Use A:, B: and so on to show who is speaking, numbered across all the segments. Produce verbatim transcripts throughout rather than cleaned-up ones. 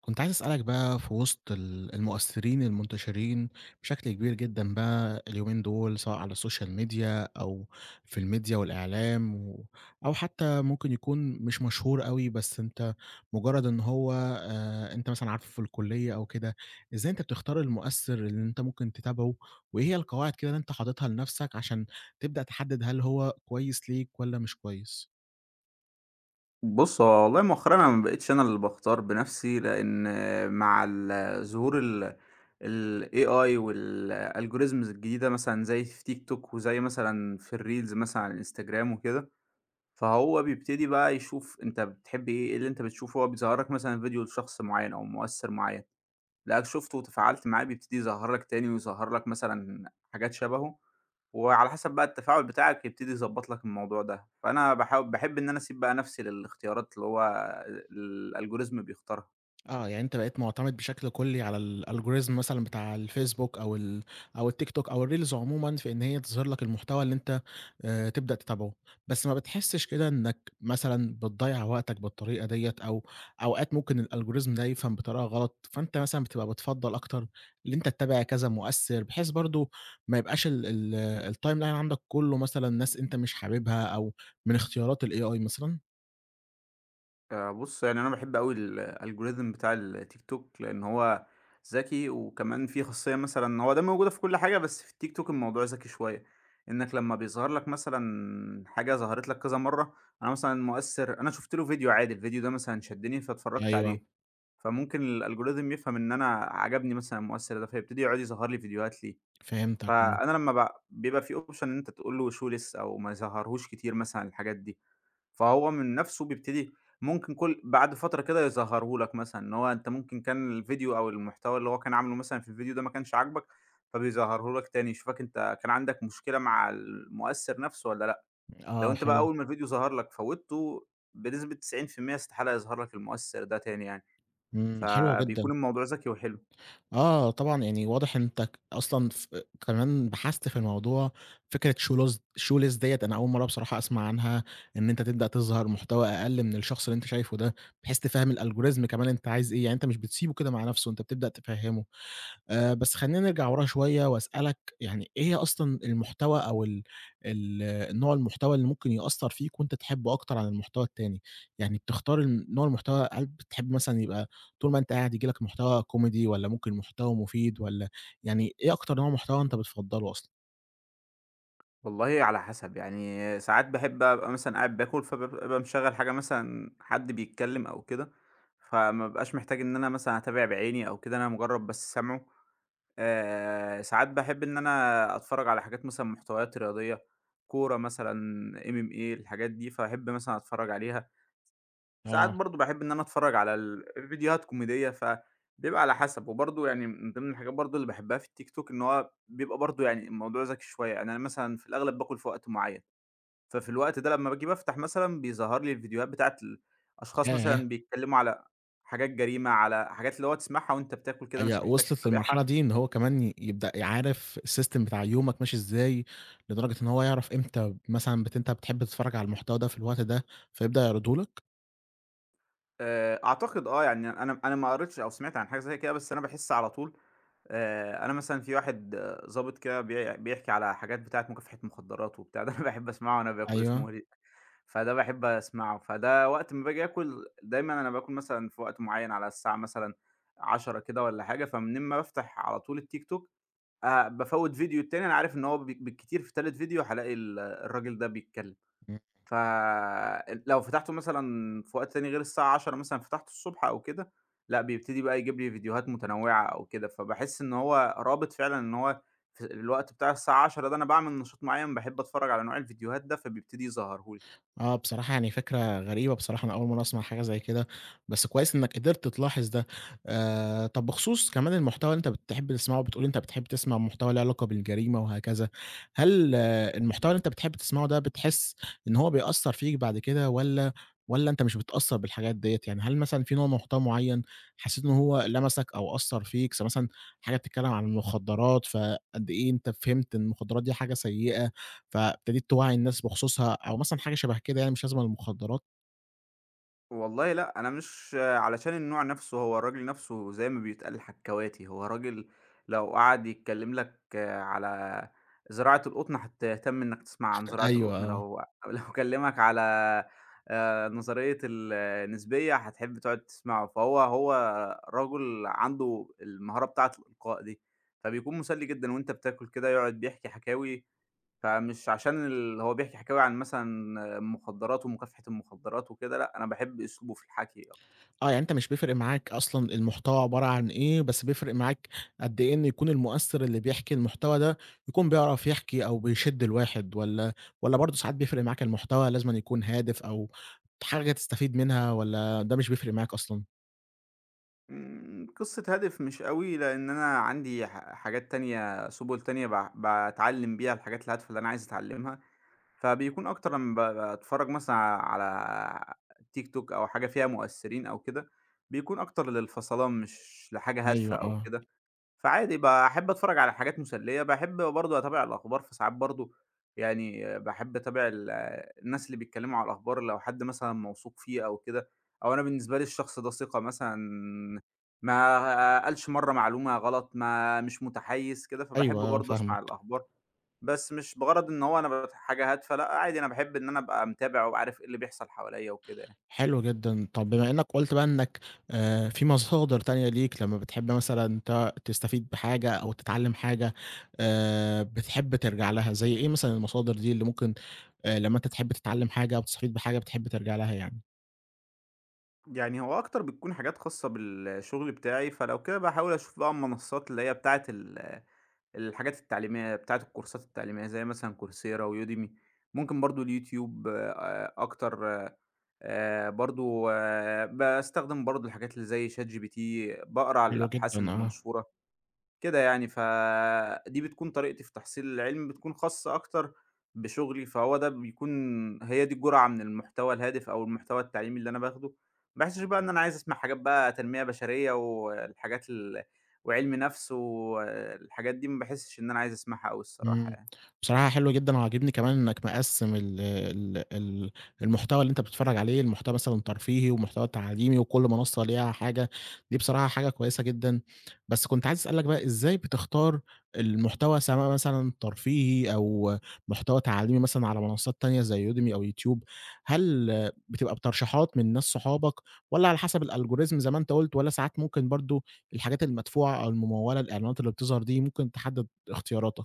A: كنت عايز أسألك بقى في وسط ال المؤثرين المنتشرين بشكل كبير جدًا بقى اليومين دول، سواء على السوشيال ميديا أو في الميديا والإعلام و أو حتى ممكن يكون مش مشهور أوي، بس أنت مجرد إن هو آآ، أنت مثلًا عارفه في الكلية أو كده، إزاي أنت بتختار المؤثر اللي أنت ممكن تتابعه، وإيه هي القواعد كده اللي أنت حاططها لنفسك عشان تبدأ تحدد هل هو كويس ليك والّا مش كويس؟
B: بُص، هو والله مؤخرًا أنا ما بقيتش أنا اللي باختار بنفسي، لإن مع ال ظهور ال الAI والalgorithms الجديدة مثلًا زي في تيك توك وزي مثلًا في الreels مثلًا على الإنستجرام وكده، فهو بيبتدي بقى يشوف أنت بتحب إيه، إيه اللي أنت بتشوفه، هو بيظهّر لك مثلًا فيديو لشخص معيّن أو مؤثّر معيّن، لقاك شُفته وتفاعلت معاه بيبتدي يظهّر لك تاني ويظهّر لك مثلًا حاجات شبهه، وعلى حسب بقى التفاعل بتاعك يبتدي يضبّط لك الموضوع ده، فأنا باحاو باحب إن أنا أسيب بقى نَفْسي للاختيارات اللي هو الalgorithm بيختارها.
A: آه، يعني أنت بقيت مُعتمد بشكل كُلّي على الalgorithm مثلًا بتاع الفيسبوك أو ال أو الTikTok أو الreels عمومًا في إن هي تظهر لك المحتوى اللي أنت آآ تبدأ تتابعه، بس ما بتحسّش كده إنّك مثلًا بتضيّع وقتك بالطريقة ديّة أو أوقات ممكن الalgorithm ده يفهم بطريقة غلط، فأنت مثلًا بتبقى بتفضّل أكتر اللي أنت تتابع كذا مؤثّر بحيث برضه ما يبقاش ال ال الtimeline عندك كُلّه مثلًا ناس أنت مش حاببها أو من اختيارات الAI مثلًا؟
B: آآ بُص، يعني أنا باحب أوي الalgorithm بتاع الTikTok لإن هو ذكي وكمان فيه خاصية مثلًا هو ده موجودة في كل حاجة، بس في الTikTok الموضوع ذكي شوية، إنّك لمّا بيظهر لك مثلًا حاجة ظهرت لك كذا مرّة، أنا مثلًا مؤثِّر أنا شُفت له فيديو عادي، الفيديو ده مثلًا شدّني فاتفرّجت
A: أيوه،
B: عليه، فممكن الalgorithm يفهم إن أنا عجبني مثلًا المؤثِّر ده، فيبتدي يقعد يظهر لي فيديوهات ليه.
A: فهمتك، إمم،
B: فأنا لمّا ب بيبقى في option إن أنت تقول له show less أو ما يظهّرهوش كتير مثلًا الحاجات دي، فهو من نَفْسه بيبتدي ممكن كل بعد فترة كده يظهّره لك مثلًا، إن هو أنت ممكن كان الفيديو أو المحتوى اللي هو كان عامله مثلًا في الفيديو ده ما كانش عاجبك، فبيظهّره لك تاني، يشوفك أنت كان عندك مشكلة مع المؤثّر نَفْسه والّا لأ، لو
A: آه،
B: أنت بقى
A: حلو.
B: أول ما الفيديو ظهر لك فوّتّه بنسبة تسعين في المية استحالة يظهر لك المؤثّر ده تاني يعني،
A: إمم، حلو
B: فبيكون
A: جدًا.
B: الموضوع ذكي وحلو.
A: آه، طبعًا يعني واضح إن أنت ك أصلًا ف كمان بحثت في الموضوع، فكرة shoeless shoeless ديّة أنا أول مرّة بصراحة أسمع عنها، إن أنت تبدأ تظهر محتوى أقل من الشخص اللي أنت شايفه ده، بحيث تفهم الalgorithm كمان أنت عايز إيه، يعني أنت مش بتسيبه كده مع نفسه، أنت بتبدأ تفهمه. آآ بس خلّينا نرجع ورا شوية وأسألك يعني إيه هي أصلًا المحتوى أو ال ال النوع المحتوى اللي ممكن يأثّر فيك وأنت تحبه أكتر عن المحتوى التاني؟ يعني بتختار الم نوع المحتوى هل بتحب مثلًا يبقى طول ما أنت قاعد ييجي لك محتوى كوميدي والّا ممكن محتوى مفيد والّا يعني إيه أكتر نوع محتوى أنت بتفضّله أصلًا؟
B: والله على حسب، يعني ساعات باحب أبقى مثلًا قاعد باكل، فبابقى مشغّل حاجة مثلًا حد بيتكلّم أو كده، فما بابقاش محتاج إن أنا مثلًا أتابع بعيني أو كده، أنا مُجرّد بس سامعه. آآ ساعات باحب إن أنا أتفرّج على حاجات مثلًا محتويات رياضية، كورة مثلًا، إم إم إيه الحاجات دي، فاحب مثلًا أتفرّج عليها. ساعات
A: آه،
B: برضه باحب إن أنا أتفرّج على ال فيديوهات كوميدية، فبيبقى على حسب. وبرضه يعني من ضمن الحاجات برضه اللي باحبها في التيك توك إن هو بيبقى برضه يعني الموضوع ذكي شوية، يعني أنا مثلًا في الأغلب باكل في وقت معيّن. ففي الوقت ده لمّا باجي بافتح مثلًا بيظهر لي الفيديوهات بتاعة ال أشخاص
A: ياه!
B: مثلًا بيتكلموا على حاجات جريمة، على حاجات اللي هو تسمعها وأنت بتاكل كده
A: هي
B: مش محتاج
A: وصلت للمرحلة
B: تتابعها.
A: دي إن هو كمان ي يبدأ عارف الsystem بتاع يومك ماشي إزاي، لدرجة إن هو يعرف إمتى مثلًا بت أنت بتحب تتفرّج على المحتوى ده في الوقت ده، فيبدأ يعرضه لك؟
B: آآ أعتقد آه، يعني أنا أنا ما قريتش أو سمعت عن حاجة زي كده، بس أنا باحس على طول آآ أنا مثلًا في واحد ضابط كده بي بيحكي على حاجات بتاعة مكافحة مخدرات وبتاع، ده أنا باحب أسمعه وأنا باكل، اسمه
A: أيوه،
B: وليد، فده باحب أسمعه. فده وقت ما باجي آكل دايمًا أنا باكل مثلًا في وقت معين على الساعة مثلًا عشرة كده والّا حاجة، فمن أمّا بافتح على طول التيك توك آآ بافوّت فيديو التاني أنا عارف إن هو ب بالكتير في تالت فيديو هالاقي ال الراجل ده بيتكلّم،
A: إمم.
B: ف لو فتحته مثلًا في وقت تاني غير الساعة عشرة مثلًا فتحته الصبح أو كده، لأ بيبتدي بقى يجيب لي فيديوهات متنوّعة أو كده، فباحس إن هو رابط فعلًا إن هو في الوقت بتاع الساعة عشرة ده أنا باعمل نشاط معيّن باحب أتفرّج على نوع الفيديوهات ده، فبيبتدي يظهره لي.
A: آه، بصراحة يعني فكرة غريبة بصراحة، أنا أول مرّة أسمع حاجة زي كده، بس كويس إنّك قدرت تلاحظ ده. آآ، طَب بخصوص كمان المحتوى اللي أنت بتحب تسمعه، بتقول أنت بتحب تسمع محتوى له علاقة بالجريمة وهكذا، هل المحتوى اللي أنت بتحب تسمعه ده بتحس إن هو بيأثّر فيك بعد كده والّا والّا أنت مش بتتأثّر بالحاجات ديّة؟ يعني هل مثلًا في نوع محتوى معيّن حسّيت إن هو لمسك أو أثّر فيك، س مثلًا حاجة بتتكلّم عن المخدرات، فقد إيه أنت فهمت إن المخدرات دي حاجة سيئة؟ فابتديت توعّي الناس بخصوصها أو مثلًا حاجة شبه كده يعني مش لازمًا المخدرات.
B: والله لأ، أنا مش علشان النوع نَفْسه، هو الراجل نَفْسه زي ما بيتقال حكّواتي، هو راجل لو قعد يتكلّم لك على زراعة القطن هتهتم إنّك تسمع عن زراعة
A: أيوه،
B: القطن،
A: آه.
B: لو لو كلّمك على آآ نظرية النسبية هتحب تقعد تسمعه، فهو هو رجل عنده المهارة بتاعة الإلقاء دي، فبيكون مُسلّي جدًا وأنت بتاكل كده يقعد بيحكي حكاوي فمش عشان ال هو بيحكي حكاوي عن مثلًا مخدرات ومكافحة المخدرات وكده، لأ، أنا باحب أسلوبه في الحكي أكتر.
A: آه، يعني أنت مش بيفرق معاك أصلًا المحتوى عبارة عن إيه، بس بيفرق معاك قد إيه إن يكون المؤثّر اللي بيحكي المحتوى ده يكون بيعرف يحكي أو بيشد الواحد والّا والّا برضه ساعات بيفرق معاك المحتوى لازمًا يكون هادف أو حاجة تستفيد منها والّا ده مش بيفرق معاك أصلًا؟
B: إمم، قصة هادف مش أوي، لإن أنا عندي ح حاجات تانية سُبل تانية ب باتعلم بيها الحاجات الهادفة اللي أنا عايز أتعلمها، فبيكون أكتر لمّا ب باتفرج مثلًا على TikTok أو حاجة فيها مؤثرين أو كده، بيكون أكتر للفَصَلان مش لحاجة هادفة
A: أيوه،
B: أو
A: آه.
B: كده. فعادي باحب أتفرّج على حاجات مسلية، باحب برضه أتابع الأخبار، فساعات برضه يعني باحب أتابع ال الناس اللي بيتكلّموا على الأخبار لو حد مثلًا موثوق فيه أو كده، أو أنا بالنسبة لي الشخص ده ثقة مثلًا ما قالش مرّة معلومة غلط، ما مش متحيّز كده، فباحب
A: أيوه، آه،
B: برضه أسمع
A: فاهمك.
B: الأخبار، بس مش بغرض إن هو أنا ب حاجة هادفة لأ، عادي أنا باحب إن أنا أبقى متابع وابقى عارف إيه اللي بيحصل حواليّا وكده يعني.
A: حلو جدًا. طب بما إنّك قُلت بقى إنّك آآ في مصادر تانية ليك لمّا بتحب مثلًا أنت تستفيد بحاجة أو تتعلّم حاجة آآ بتحب ترجع لها، زي إيه مثلًا المصادر دي اللي ممكن آآ لمّا أنت تحب تتعلّم حاجة أو تستفيد بحاجة بتحب ترجع لها يعني؟
B: يعني هو أكتر بتكون حاجات خاصة بالشغل بتاعي، فلو كده باحاول أشوف بقى المنصات اللي هي بتاعة ال الحاجات التعليمية بتاعة الكورسات التعليمية زي مثلًا كورسيرا ويوديمي، ممكن برضه اليوتيوب آآ أكتر آآ برضه باستخدم برضه الحاجات اللي زي ChatGPT باقرا على
A: حلو جدًا،
B: الأبحاث
A: آه.
B: المنشورة. كده يعني، فدي بتكون طريقتي في تحصيل العلم، بتكون خاصة أكتر بشغلي، فهو ده بيكون هي دي الجرعة من المحتوى الهادف أو المحتوى التعليمي اللي أنا باخده، ما باحسش بقى إن أنا عايز أسمع حاجات بقى تنمية بشرية والحاجات ال وعلم نفس والحاجات دي ما باحسش إن أنا عايز أسمعها أوي الصراحة
A: إمم،
B: يعني.
A: بصراحة حلو جدًا وعاجبني كمان إنك مقسّم ال ال ال المحتوى اللي أنت بتتفرّج عليه لمحتوى مثلًا ترفيهي ومحتوى تعليمي، وكل منصة ليها حاجة، دي بصراحة حاجة كويسة جدًا، بس كنت عايز أسألك بقى إزاي بتختار المحتوى سواء مثلًا ترفيهي أو محتوى تعليمي مثلًا على منصات تانية زي Udemy أو يوتيوب، هل بتبقى بترشيحات من ناس صحابك والّا على حسب الalgorithm زي ما أنت قُلت، والّا ساعات ممكن برضه الحاجات المدفوعة أو الممولة الإعلانات اللي بتظهر دي ممكن تحدد اختياراتك؟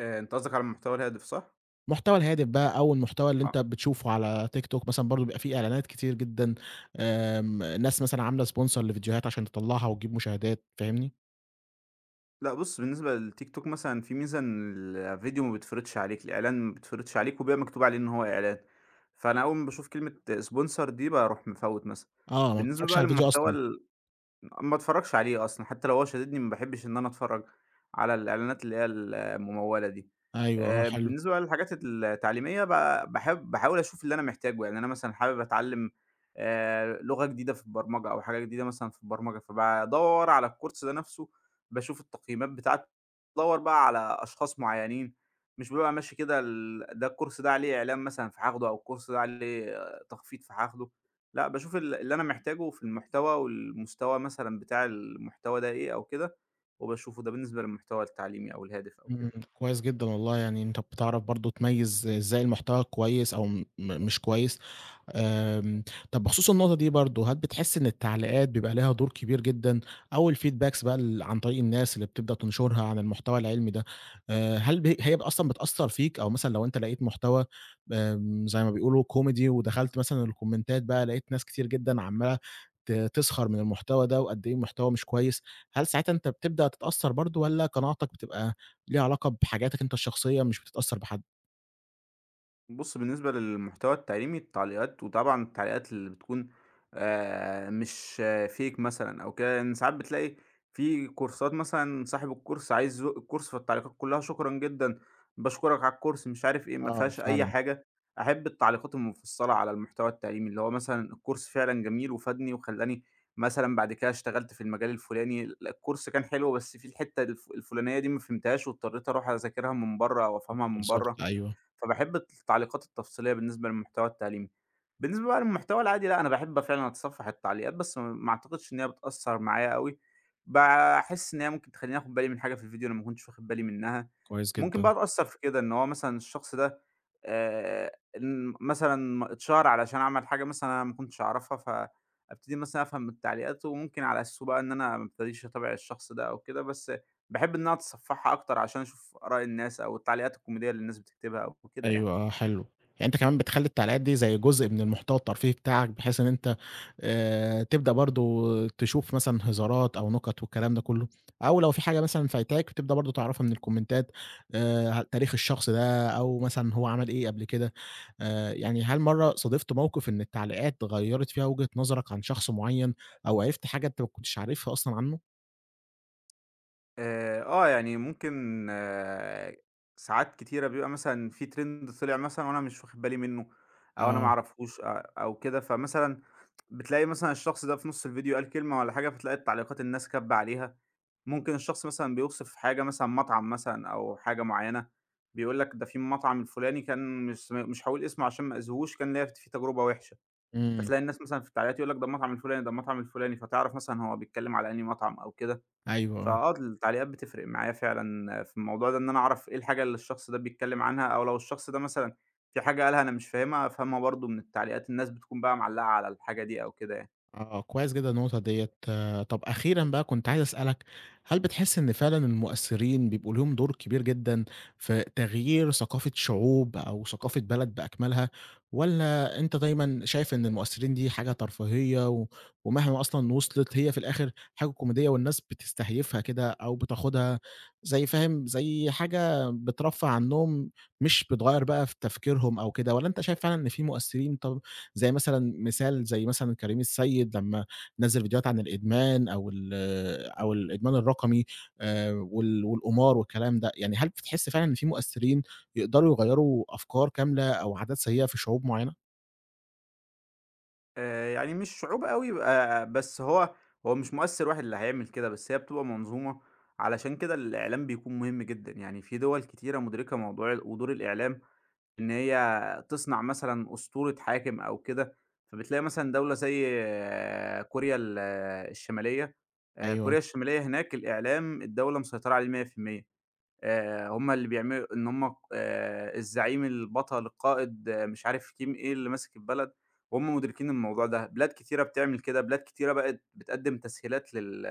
B: آآ أنت قصدك على المحتوى الهادف صح؟
A: محتوى الهادف بقى أو المحتوى اللي
B: آه.
A: أنت بتشوفه على تيك توك مثلًا برضه بيبقى في إعلانات كتير جدًا، آمم، ناس مثلًا عاملة sponsor لفيديوهات عشان تطلّعها وتجيب مشاهدات، فاهمني؟
B: لأ بُص، بالنسبة للتيك توك مثلًا في ميزة إن الفيديو ما بيتفرضش عليك، الإعلان ما بيتفرضش عليك وبيبقى مكتوب عليه إن هو إعلان، فأنا أول ما باشوف كلمة sponsor دي باروح مفوّت مثلًا.
A: آه، ما
B: بالنسبة
A: بتتفرجش
B: بقى
A: على الفيديو
B: للمحتوى
A: أصلًا.
B: ال ما اتفرّجش عليه أصلًا، حتى لو هو شاددني ما باحبّش إن أنا أتفرّج على الإعلانات اللي هي ال الممولة دي.
A: أيوه، آه،
B: آآ
A: حلو.
B: بالنسبة بقى للحاجات التعليمية ب باحب باحاول أشوف اللي أنا محتاجه، يعني أنا مثلًا حابب أتعلّم آآ لغة جديدة في البرمجة أو حاجة جديدة مثلًا في البرمجة، فبادوّر على الكورس ده نَفْسه، باشوف التقييمات بتاعته، بادوّر بقى على أشخاص معيّنين، مش بابقى ماشي كده ال ده الكورس ده عليه إعلان مثلًا فهاخده أو الكورس ده عليه آه، تخفيض فهاخده. لأ، باشوف ال اللي أنا محتاجه في المحتوى والمستوى مثلًا بتاع المحتوى ده إيه أو كده، وباشوفه ده بالنسبة للمحتوى التعليمي أو الهادف أو كده.
A: إمم، كويس جدًا والله، يعني أنت بتعرف برضه تميّز إزاي المحتوى كويس أو م مش كويس، آمم، طب بخصوص النقطة دي برضه، هل بتحس إن التعليقات بيبقى ليها دور كبير جدًا أو الfeedbacks بقى ال عن طريق الناس اللي بتبدأ تنشرها عن المحتوى العلمي ده، آآ، هل ب هي أصلًا بتأثّر فيك أو مثلًا لو أنت لقيت محتوى آمم، زي ما بيقولوا كوميدي ودخلت مثلًا الكومنتات بقى لقيت ناس كتير جدًا عمّالة ت تسخر من المحتوى ده وقد إيه المحتوى مش كويس، هل ساعتها أنت بتبدأ تتأثّر برضه والّا قناعتك بتبقى ليها علاقة بحاجاتك أنت الشخصية مش بتتأثّر بحد.
B: بُص، بالنسبة للمحتوى التعليمي التعليقات وطبعًا التعليقات اللي بتكون آآ مش fake مثلًا أو كده، لإن ساعات بتلاقي في كورسات مثلًا صاحب الكورس عايز يزق الكورس، فالتعليقات كلها شكرًا جدًا، باشكرك على الكورس، مش عارف إيه، ما
A: آه
B: فيهاش أي
A: فعلًا،
B: حاجة. أحب التعليقات المفصلة على المحتوى التعليمي، اللي هو مثلًا الكورس فعلًا جميل وفادني وخلّاني مثلًا بعد كده اشتغلت في المجال الفلاني، لأ الكورس كان حلو بس في الحتة الف الفلانية دي ما فهمتهاش واضطريت أروح أذاكرها من برّه أو أفهمها
A: آه
B: من
A: بالضبط
B: برّه.
A: أيوه،
B: فباحب التعليقات التفصيلية بالنسبة للمحتوى التعليمي. بالنسبة بقى للمحتوى العادي لأ، أنا باحب فعلًا أتصفح التعليقات، بس ما ما أعتقدش إن هي بتأثّر معايا أوي، باحس إن هي ممكن تخلّيني آخُد بالي من حاجة في الفيديو أنا ما كنتش واخد بالي منّها.
A: كويس
B: ممكن
A: جدًا.
B: بقى أتأثّر في كده، إن هو مثلًا الشخص ده آآ إن مثلًا اتشهر علشان عمل حاجة مثلًا أنا ما كنتش أعرفها، فأبتدي مثلًا أفهم من تعليقاته وممكن على أساسه بقى إن أنا ما ابتديش أتابع الشخص ده أو كده، بس باحب إن أنا أقعد أتصفّحها أكتر عشان أشوف آراء الناس أو التعليقات الكوميدية اللي الناس بتكتبها أو كده يعني.
A: أيوه آه حلو. يعني أنت كمان بتخلّي التعليقات دي زي جزء من المحتوى الترفيهي بتاعك، بحيث إن أنت آآ تبدأ برضه تشوف مثلًا هزارات أو نُكت والكلام ده كلّه، أو لو في حاجة مثلًا فايتاك بتبدأ برضه تعرفها من الكومنتات آآ ه تاريخ الشخص ده أو مثلًا هو عمل إيه قبل كده. آآ يعني هل مرّة صادفت موقف إن التعليقات غيّرت فيها وجهة نظرك عن شخص معيّن أو عرفت حاجة أنت ما كنتش عارفها أصلًا عنه؟
B: آآ آه، يعني ممكن آه ساعات كتيرة بيبقى مثلًا في trend طلع مثلًا وأنا مش واخد بالي منّه أو أنا ما
A: آه.
B: أعرفهوش أ أو كده، فمثلًا بتلاقي مثلًا الشخص ده في نُص الفيديو قال كلمة والّا حاجة، فتلاقي التعليقات الناس كابة عليها. ممكن الشخص مثلًا بيوصف حاجة مثلًا مطعم مثلًا أو حاجة معيّنة، بيقول لك ده في المطعم الفلاني كان مش مش هاقول اسمه عشان ما أذيهوش، كان ليّا ف فيه تجربة وحشة.
A: إمم،
B: فتلاقي الناس مثلًا في التعليقات يقول لك ده المطعم الفلاني، ده المطعم الفلاني، فتعرف مثلًا هو بيتكلم على أنهي مطعم أو كده،
A: أيوه
B: فآه التعليقات بتفرق معايا فعلًا في الموضوع ده، إن أنا أعرف إيه الحاجة اللي الشخص ده بيتكلم عنها، أو لو الشخص ده مثلًا في حاجة قالها أنا مش فاهمها، أفهمها برضه من التعليقات، الناس بتكون بقى معلقة على الحاجة دي أو كده يعني.
A: آه، آه، كويس جدًا النقطة ديّة، طَب أخيرًا بقى كنت عايز أسألك، هل بتحس إن فعلًا المؤثرين بيبقوا ليهم دور كبير جدًا في تغيير ثقافة شعوب أو ثقافة بلد بأكملها، والّا أنت دايمًا شايف إن المؤثرين دي حاجة ترفيهية و ومهما أصلًا وصلت هي في الآخر حاجة كوميدية والناس بتستهيفها كده أو بتاخدها زي فاهم، زي حاجة بترفّه عنّهم مش بتغيّر بقى في تفكيرهم أو كده، والّا أنت شايف فعلًا إن في مؤثرين طَب زي مثلًا مثال زي مثلًا كريم السيد لمّا نزّل فيديوهات عن الإدمان أو ال أو الإدمان الرقمي آآ وال والقمار والكلام ده، يعني هل بتحس فعلًا إن في مؤثرين يقدروا يغيّروا أفكار كاملة أو عادات سيئة في شعوب معينة؟
B: آآ، يعني مش صعوبة أوي بقى بس هو هو مش مؤثر واحد اللي هيعمل كده، بس هي بتبقى منظومة، علشان كده الإعلام بيكون مهم جدًا، يعني في دول كتيرة مدركة موضوع ال ودور الإعلام إن هي تصنع مثلًا أسطورة حاكم أو كده، فبتلاقي مثلًا دولة زي آه، كوريا ال آه، الشمالية آآ،
A: أيوه،
B: كوريا الشمالية هناك الإعلام الدولة مسيطرة عليه مية في المية آآ، هُم اللي بيعملوا إن هُم آآ، الزعيم، البطل، القائد، آه، مش عارف كيم إيه اللي ماسك البلد، وهُم مدركين الموضوع ده، بلاد كتيرة بتعمل كده، بلاد كتيرة بقت بتقدّم تسهيلات لل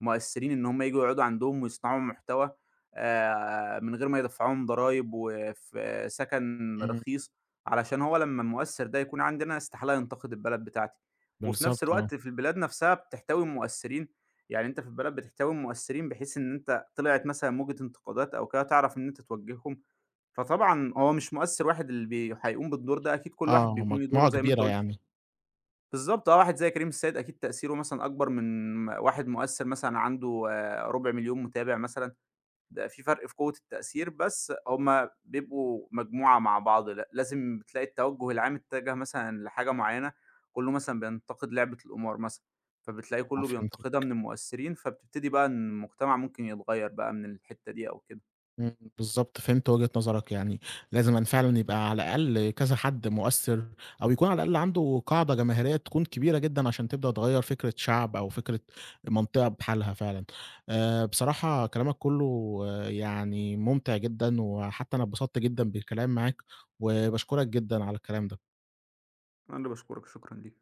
B: مؤثّرين إن هم ييجوا يقعدوا عندهم ويصنعوا محتوى آآ من غير ما يدفّعوهم ضرايب وفي سَكَن
A: إمم،
B: رخيص، علشان هو لمّا المؤثّر ده يكون عندي أنا استحالة ينتقد البلد بتاعتي، وفي نفس
A: بالضبط آه،
B: الوقت في البلاد نفسها بتحتوي مؤثّرين، يعني أنت في البلد بتحتوي مؤثّرين بحيث إن أنت طلعت مثلًا موجة انتقادات أو كده تعرف إن أنت توجّههم، فطبعًا هو مش مؤثّر واحد اللي بي هيقوم بالدور ده أكيد كل واحد
A: آه
B: بيكون ليه دوره
A: مجموعة
B: زي ما أنت
A: كبيرة
B: قُلت
A: يعني،
B: بالضبط آه، واحد زي كريم السيد أكيد تأثيره مثلًا أكبر من م- واحد مؤثّر مثلًا عنده آآ، ربع مليون متابع مثلًا، ده في فرق في قوة التأثير، بس هُم بيبقوا مجموعة مع بعض، ل لازم بتلاقي التوجه العام اتجه مثلًا لحاجة معيّنة، كلّه مثلًا بينتقد لعبة القمار مثلًا، فبتلاقي
A: آه
B: كلّه
A: فهمتِك.
B: بينتقدها من المؤثّرين، فبتبتدي بقى إن المجتمع ممكن يتغيّر بقى من الحتّة دي أو كده،
A: إمم، بالضبط، فهمت وجهة نظرك، يعني لازمًا فعلًا يبقى على الأقل كذا حد مؤثّر، أو يكون على الأقل عنده قاعدة جماهيرية تكون كبيرة جدًا عشان تبدأ تغيّر فكرة شعب أو فكرة منطقة بحالها فعلًا. آآ، بصراحة كلامك كلّه آه، يعني ممتع جدًا، وحتى أنا اتبسطت جدًا بالكلام معاك، وباشكرك جدًا على الكلام ده.
B: أنا اللي باشكرك، شكرًا ليك.